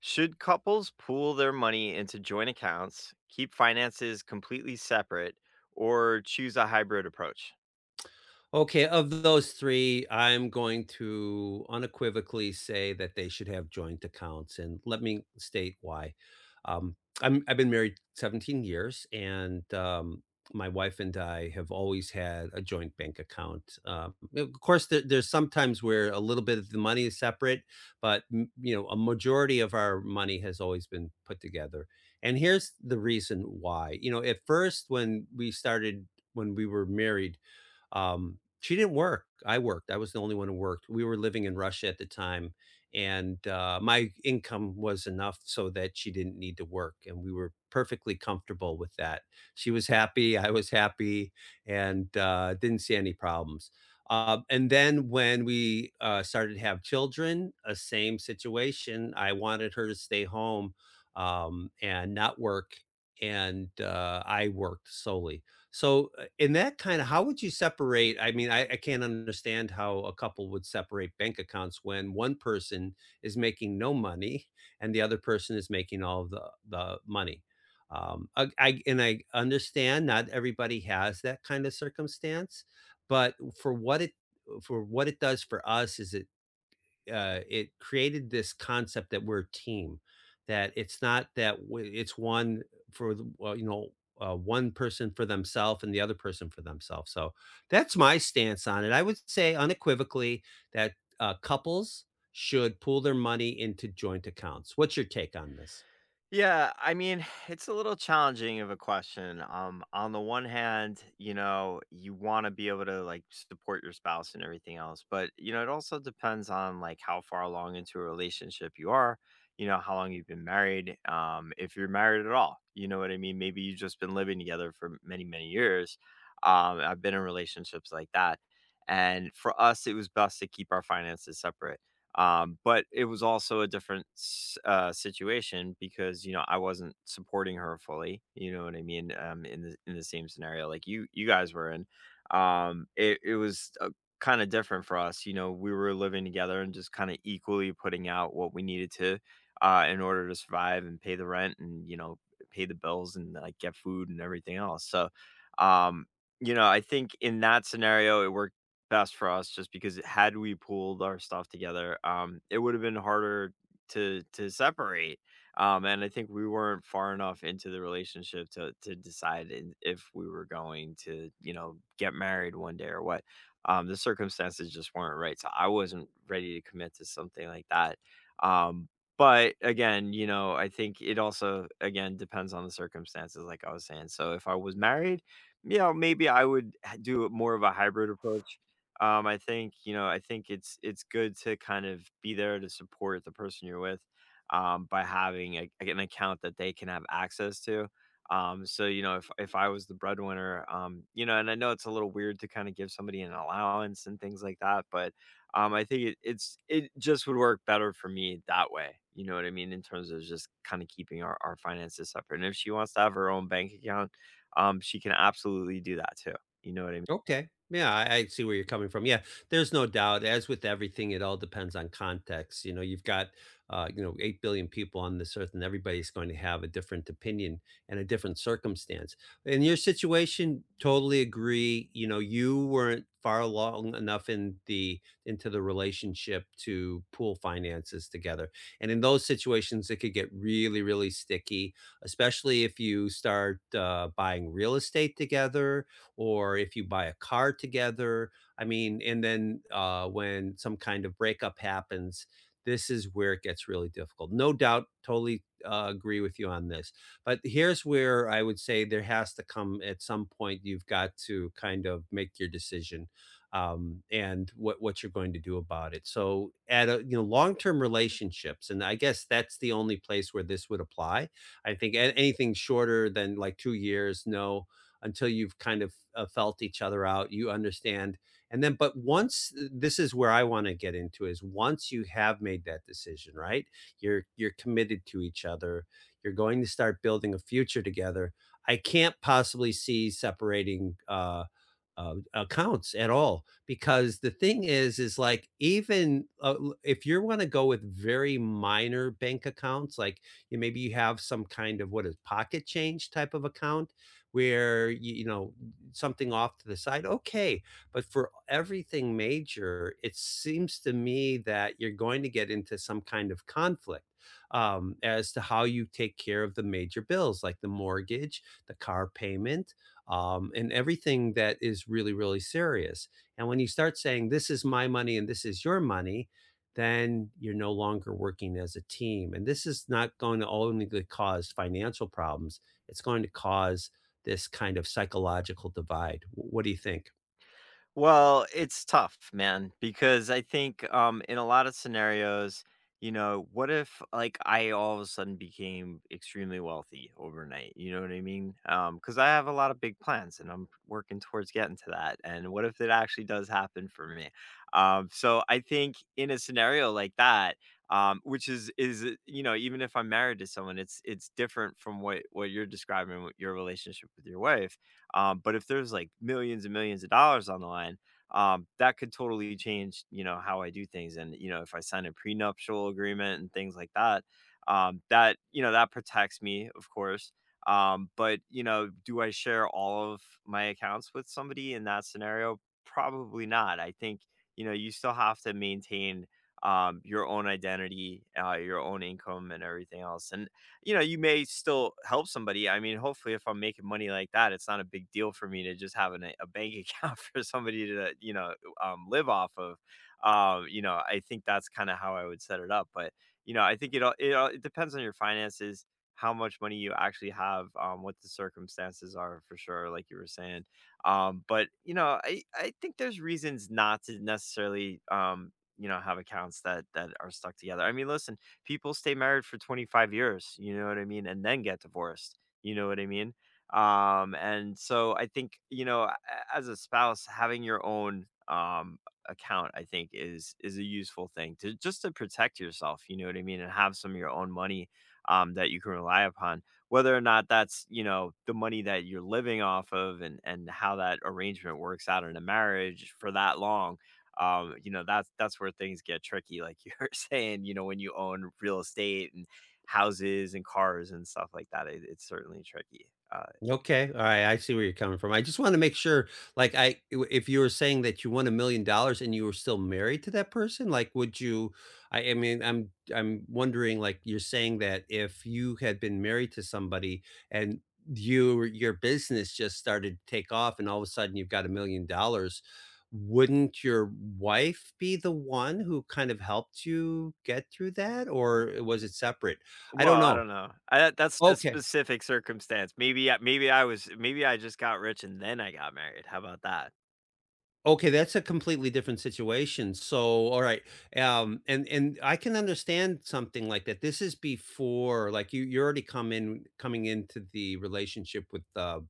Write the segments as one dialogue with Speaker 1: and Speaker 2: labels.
Speaker 1: Should couples pool their money into joint accounts, keep finances completely separate, or choose a hybrid approach?
Speaker 2: Okay, of those 3, I'm going to unequivocally say that they should have joint accounts, and let me state why. Um, I've been married 17 years, and my wife and I have always had a joint bank account. Of course, there's sometimes where a little bit of the money is separate, but, m a majority of our money has always been put together, and here's the reason why. At first, when we were married, she didn't work. I worked. I was the only one who worked. We were living in Russia at the time, and my income was enough so that she didn't need to work, and we were perfectly comfortable with that. She was happy. I was happy, and didn't see any problems. And then when we started to have children, a same situation. I wanted her to stay home and not work, and I worked solely. So, in that kind of how would you separate? I mean, I can't understand how a couple would separate bank accounts when one person is making no money and the other person is making all the money. I and I understand not everybody has that kind of circumstance, but for what it for what it does for us is it, it created this concept that we're a team, that it's not that it's one well, one person for themselves and the other person for themselves. So that's my stance on it. I would say unequivocally that couples should pool their money into joint accounts. What's your take on this?
Speaker 1: Yeah, I mean, it's a little challenging of a question. On the one hand, you know, you want to be able to like support your spouse and everything else, but you know, it also depends on like how far along into a relationship you are, you know, how long you've been married, if you're married at all. You know what I mean? Maybe you've just been living together for many, many years. I've been in relationships like that. And for us, it was best to keep our finances separate, but it was also a different s situation because, you know, I wasn't supporting her fully, you know what I mean, in the same scenario like you guys were in. It was, kinda different for us, you know, we were living together and just kinda equally putting out what we needed to, in order to survive and pay the rent and, you know, pay the bills and, like, get food and everything else, so, um, you know, I think in that scenario, it worked best for us just because had we pulled our stuff together, it would have been harder to separate. And I think we weren't far enough into the relationship to decide if we were going to, you know, get married one day or what. The circumstances just weren't right, so I wasn't ready to commit to something like that. Um, but again, you know, I think it also again depends on the circumstances, like I was saying. So if I was married, you know, maybe I would do more of a hybrid approach. I think, you know, I think it's good to kind of be there to support the person you're with, by having an account that they can have access to. So you know, if I was the breadwinner, you know, and I know it's a little weird to kind of give somebody an allowance and things like that, but I think it just would work better for me that way. You know what I mean? In terms of just kind of keeping our finances separate. And if she wants to have her own bank account, she can absolutely do that too. You know what I mean?
Speaker 2: Okay. Yeah, I see where you're coming from. Yeah, there's no doubt. As with everything, it all depends on context. You know, you've got, 8 billion people on this earth, and everybody's going to have a different opinion and a different circumstance. In your situation, totally agree. You know, you weren't far along enough in the into the relationship to pool finances together. And in those situations, it could get really, really sticky, especially if you start buying real estate together or if you buy a car together. I mean, and then when some kind of breakup happens, this is where it gets really difficult. No doubt, totally agree with you on this. But here's where I would say there has to come at some point, you've got to kind of make your decision, and what you're going to do about it. So at a, you know, long-term relationships, and I guess that's the only place where this would apply. I think anything shorter than like 2 years, no, until you've kind of felt each other out, you understand. And then, but once this is where I want to get into, is once you have made that decision, right, you're committed to each other, you're going to start building a future together. I can't possibly see separating accounts at all, because the thing is like, even if you want to go with very minor bank accounts, like you, maybe you have some kind of what is pocket change type of account where you know something off to the side. Okay. But for everything major, it seems to me that you're going to get into some kind of conflict, as to how you take care of the major bills, like the mortgage, the car payment, and everything that is really, really serious. And when you start saying, this is my money and this is your money, then you're no longer working as a team, and this is not going to only cause financial problems, it's going to cause this kind of psychological divide. What do you think?
Speaker 1: Well, it's tough, man, because I think in a lot of scenarios, you know, what if like I all of a sudden became extremely wealthy overnight? You know what I mean? Because I have a lot of big plans and I'm working towards getting to that. And what if it actually does happen for me? So I think in a scenario like that, which is you know, even if I'm married to someone, it's different from what you're describing with your relationship with your wife. But if there's like millions and millions of dollars on the line, that could totally change, you know, how I do things. And, you know, if I sign a prenuptial agreement and things like that, that, you know, that protects me, of course. But, you know, do I share all of my accounts with somebody in that scenario? Probably not. I think, you know, you still have to maintain your own identity, your own income, and everything else. And you know, you may still help somebody. I mean, hopefully, if I'm making money like that, it's not a big deal for me to just have a bank account for somebody to, you know, live off of. You know, I think that's kind of how I would set it up. But you know, I think it all it, all, it depends on your finances, how much money you actually have, what the circumstances are for sure, like you were saying. But you know, I think there's reasons not to necessarily you know have accounts that are stuck together. I mean, listen, people stay married for 25 years, you know what I mean, and then get divorced, you know what I mean? And so I think, you know, as a spouse, having your own account, I think is a useful thing to just to protect yourself, you know what I mean, and have some of your own money that you can rely upon, whether or not that's you know the money that you're living off of, and how that arrangement works out in a marriage for that long. You know, that's where things get tricky, like you're saying, you know, when you own real estate and houses and cars and stuff like that, it's certainly tricky.
Speaker 2: Okay, all right, I see where you're coming from. I just wanna make sure, like, I if you were saying that you won $1,000,000 and you were still married to that person, like, would you I mean, I'm wondering, like, you're saying that if you had been married to somebody and your business just started to take off and all of a sudden you've got $1,000,000, wouldn't your wife be the one who kind of helped you get through that, or was it separate? I don't
Speaker 1: Well, I
Speaker 2: know.
Speaker 1: don't know. That's a
Speaker 2: Okay.
Speaker 1: specific circumstance. Maybe, maybe I was, maybe I just got rich and then I got married. How about that?
Speaker 2: Okay, that's a completely different situation. So, all right, and I can understand something like that. This is before, like you're already coming into the relationship with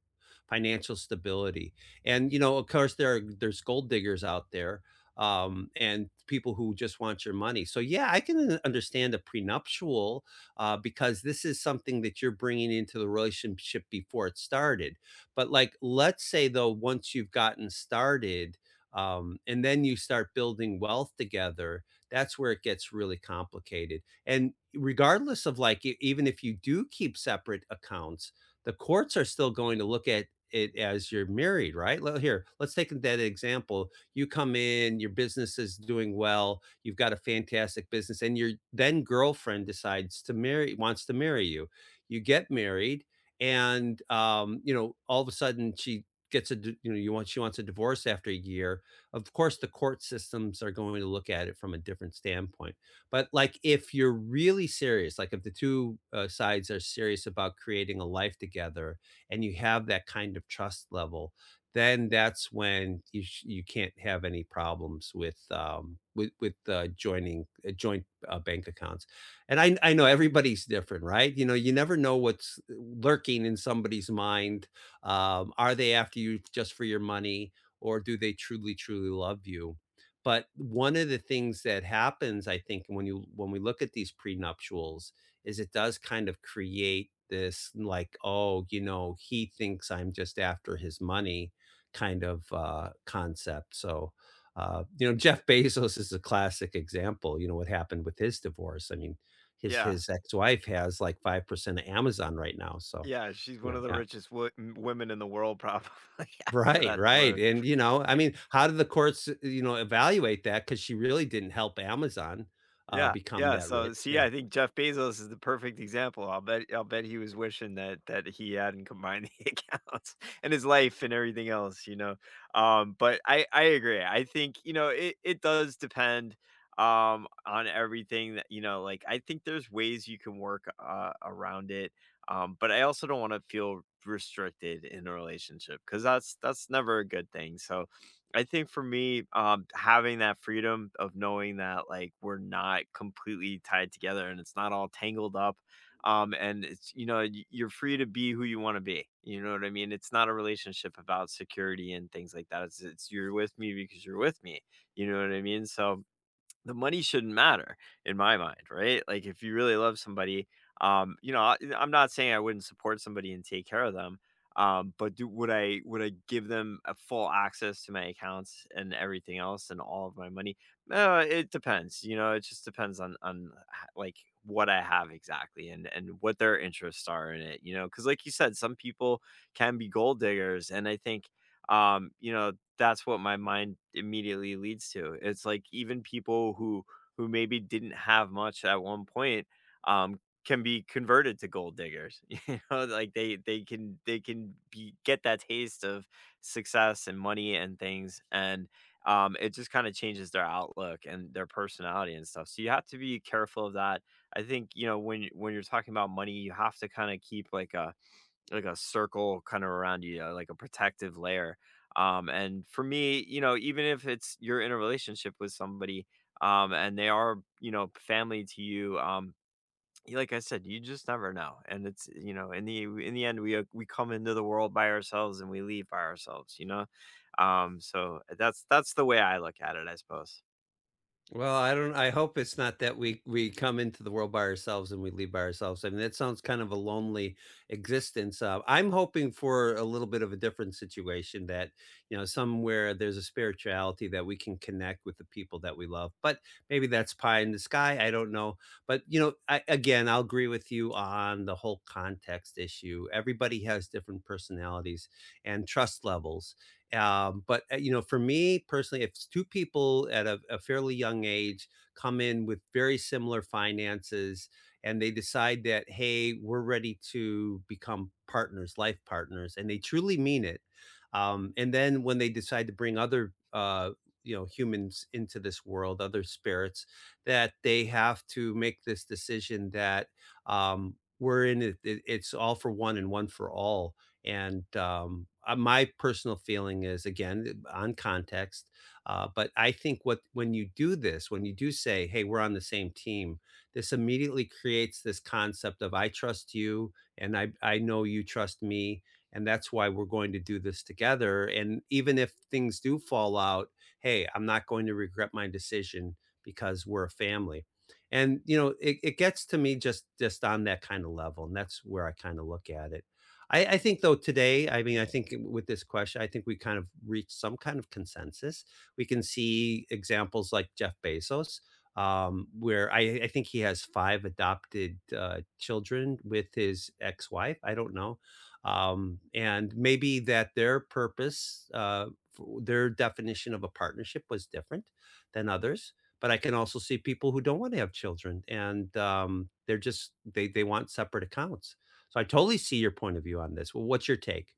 Speaker 2: financial stability, and of course, there's gold diggers out there, and people who just want your money. So, yeah, I can understand a prenuptial, because this is something that you're bringing into the relationship before it started. But, like, let's say though, once you've gotten started, and then you start building wealth together, that's where it gets really complicated. And regardless of even if you do keep separate accounts, the courts are still going to look at it as you're married, right? Here, let's take that example. You come in, your business is doing well, you've got a fantastic business, and your then girlfriend decides to marry wants to marry you. You get married, and, all of a sudden she you want she wants a divorce after a year. Of course, the court systems are going to look at it from a different standpoint. But, like, if you're really serious, like if the two sides are serious about creating a life together and you have that kind of trust level, then that's when you you can't have any problems with joining, joint, bank accounts. And I know everybody's different, right? You know, you never know what's lurking in somebody's mind. Are they after you just for your money? Or do they truly truly love you? But one of the things that happens, I think, when you, when we look at these prenuptials, is it does kind of create this, like, oh, you know, he thinks I'm just after his money kind of concept. So, Jeff Bezos is a classic example. You know what happened with his divorce. I mean, his
Speaker 1: Yeah,
Speaker 2: his ex-wife has like 5% of Amazon right now. so
Speaker 1: yeah. She's
Speaker 2: you
Speaker 1: one of the
Speaker 2: know
Speaker 1: richest women in the world, probably. After
Speaker 2: Right,
Speaker 1: that,
Speaker 2: right. And, I mean, how did the courts, evaluate that? Because she really didn't help Amazon,
Speaker 1: yeah,
Speaker 2: become
Speaker 1: yeah,
Speaker 2: that
Speaker 1: so
Speaker 2: rich.
Speaker 1: see, I think Jeff Bezos is the perfect example. I'll bet he was wishing that he hadn't combined the accounts and his life and everything else, you know? But I agree. I think, you know, it does depend, on everything that you know, like, I think there's ways you can work, around it, but I also don't wanna feel restricted in a relationship because that's never a good thing, so, I think for me, having that freedom of knowing that like we're not completely tied together and it's not all tangled up. And it's you know, you're free to be who you want to be. You know what I mean? It's not a relationship about security and things like that. It's you're with me because you're with me. You know what I mean? So the money shouldn't matter in my mind, right? Like if you really love somebody, you know, I'm not saying I wouldn't support somebody and take care of them, but would I give them a full access to my accounts and everything else and all of my money? It depends. You know, it just depends on like what I have exactly and what their interests are in it. You know, because like you said, some people can be gold diggers, and I think you know that's what my mind immediately leads to. It's like even people who maybe didn't have much at one point can be converted to gold diggers. You know, like they can be get that taste of success and money and things, and it just kind of changes their outlook and their personality and stuff. So you have to be careful of that. I think you know when you're talking about money, you have to kind of keep like a circle kind of around you, like a protective layer. And for me, you know, even if it's you're in a relationship with somebody, and they are, you know, family to you, like I said, you just never know. And it's, you know, in the end, we come into the world by ourselves and we leave by ourselves, you know. So that's the way I look at it, I suppose.
Speaker 2: Well, I hope it's not that we come into the world by ourselves and we leave by ourselves. I mean, that sounds kind of a lonely existence. I'm hoping for a little bit of a different situation that, somewhere there's a spirituality that we can connect with the people that we love. But maybe that's pie in the sky. I don't know. But, again, I'll agree with you on the whole context issue. Everybody has different personalities and trust levels. But, for me personally, if two people at a fairly young age come in with very similar finances and they decide that, hey, we're ready to become partners, life partners, and they truly mean it. And then when they decide to bring other, humans into this world, other spirits, that they have to make this decision that, we're in it, it's all for one and one for all. And, my personal feeling is again on context, but I think what when you do this, when you do say, "Hey, we're on the same team," this immediately creates this concept of, "I trust you, and I know you trust me." And that's why we're going to do this together. And even if things do fall out, hey, I'm not going to regret my decision because we're a family. And, it gets to me, just on that kind of level. And that's where I kind of look at it. I think though today, I mean, I think, with this question, I think we kind of reached some kind of consensus. We can see examples like Jeff Bezos, where I think he has five adopted children with his ex-wife. I don't know, and maybe that their purpose, for their definition of a partnership was different than others. But I can also see people who don't want to have children, and, they're just they want separate accounts. So I totally see your point of view on this. Well, what's your take?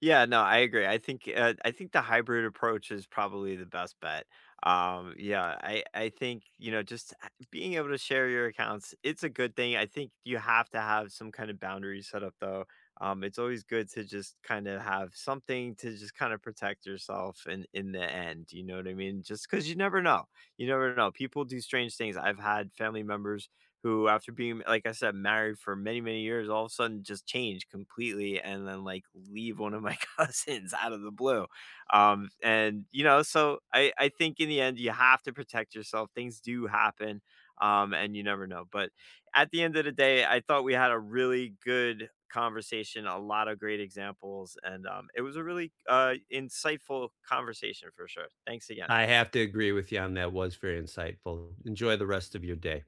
Speaker 1: Yeah, no, I agree. I think the hybrid approach is probably the best bet. Yeah, I think you know just being able to share your accounts, it's a good thing. I think you have to have some kind of boundary set up though. It's always good to just kind of have something to just kind of protect yourself in the end. You know what I mean? Just because you never know, you never know. People do strange things. I've had family members who after being like I said, married for many, many years, all of a sudden just change completely and then like leave one of my cousins out of the blue. And you know, so I think in the end you have to protect yourself. Things do happen. And you never know. But at the end of the day, I thought we had a really good conversation, a lot of great examples, and it was a really insightful conversation for sure. Thanks again.
Speaker 2: I have to agree with you on that was very insightful. Enjoy the rest of your day.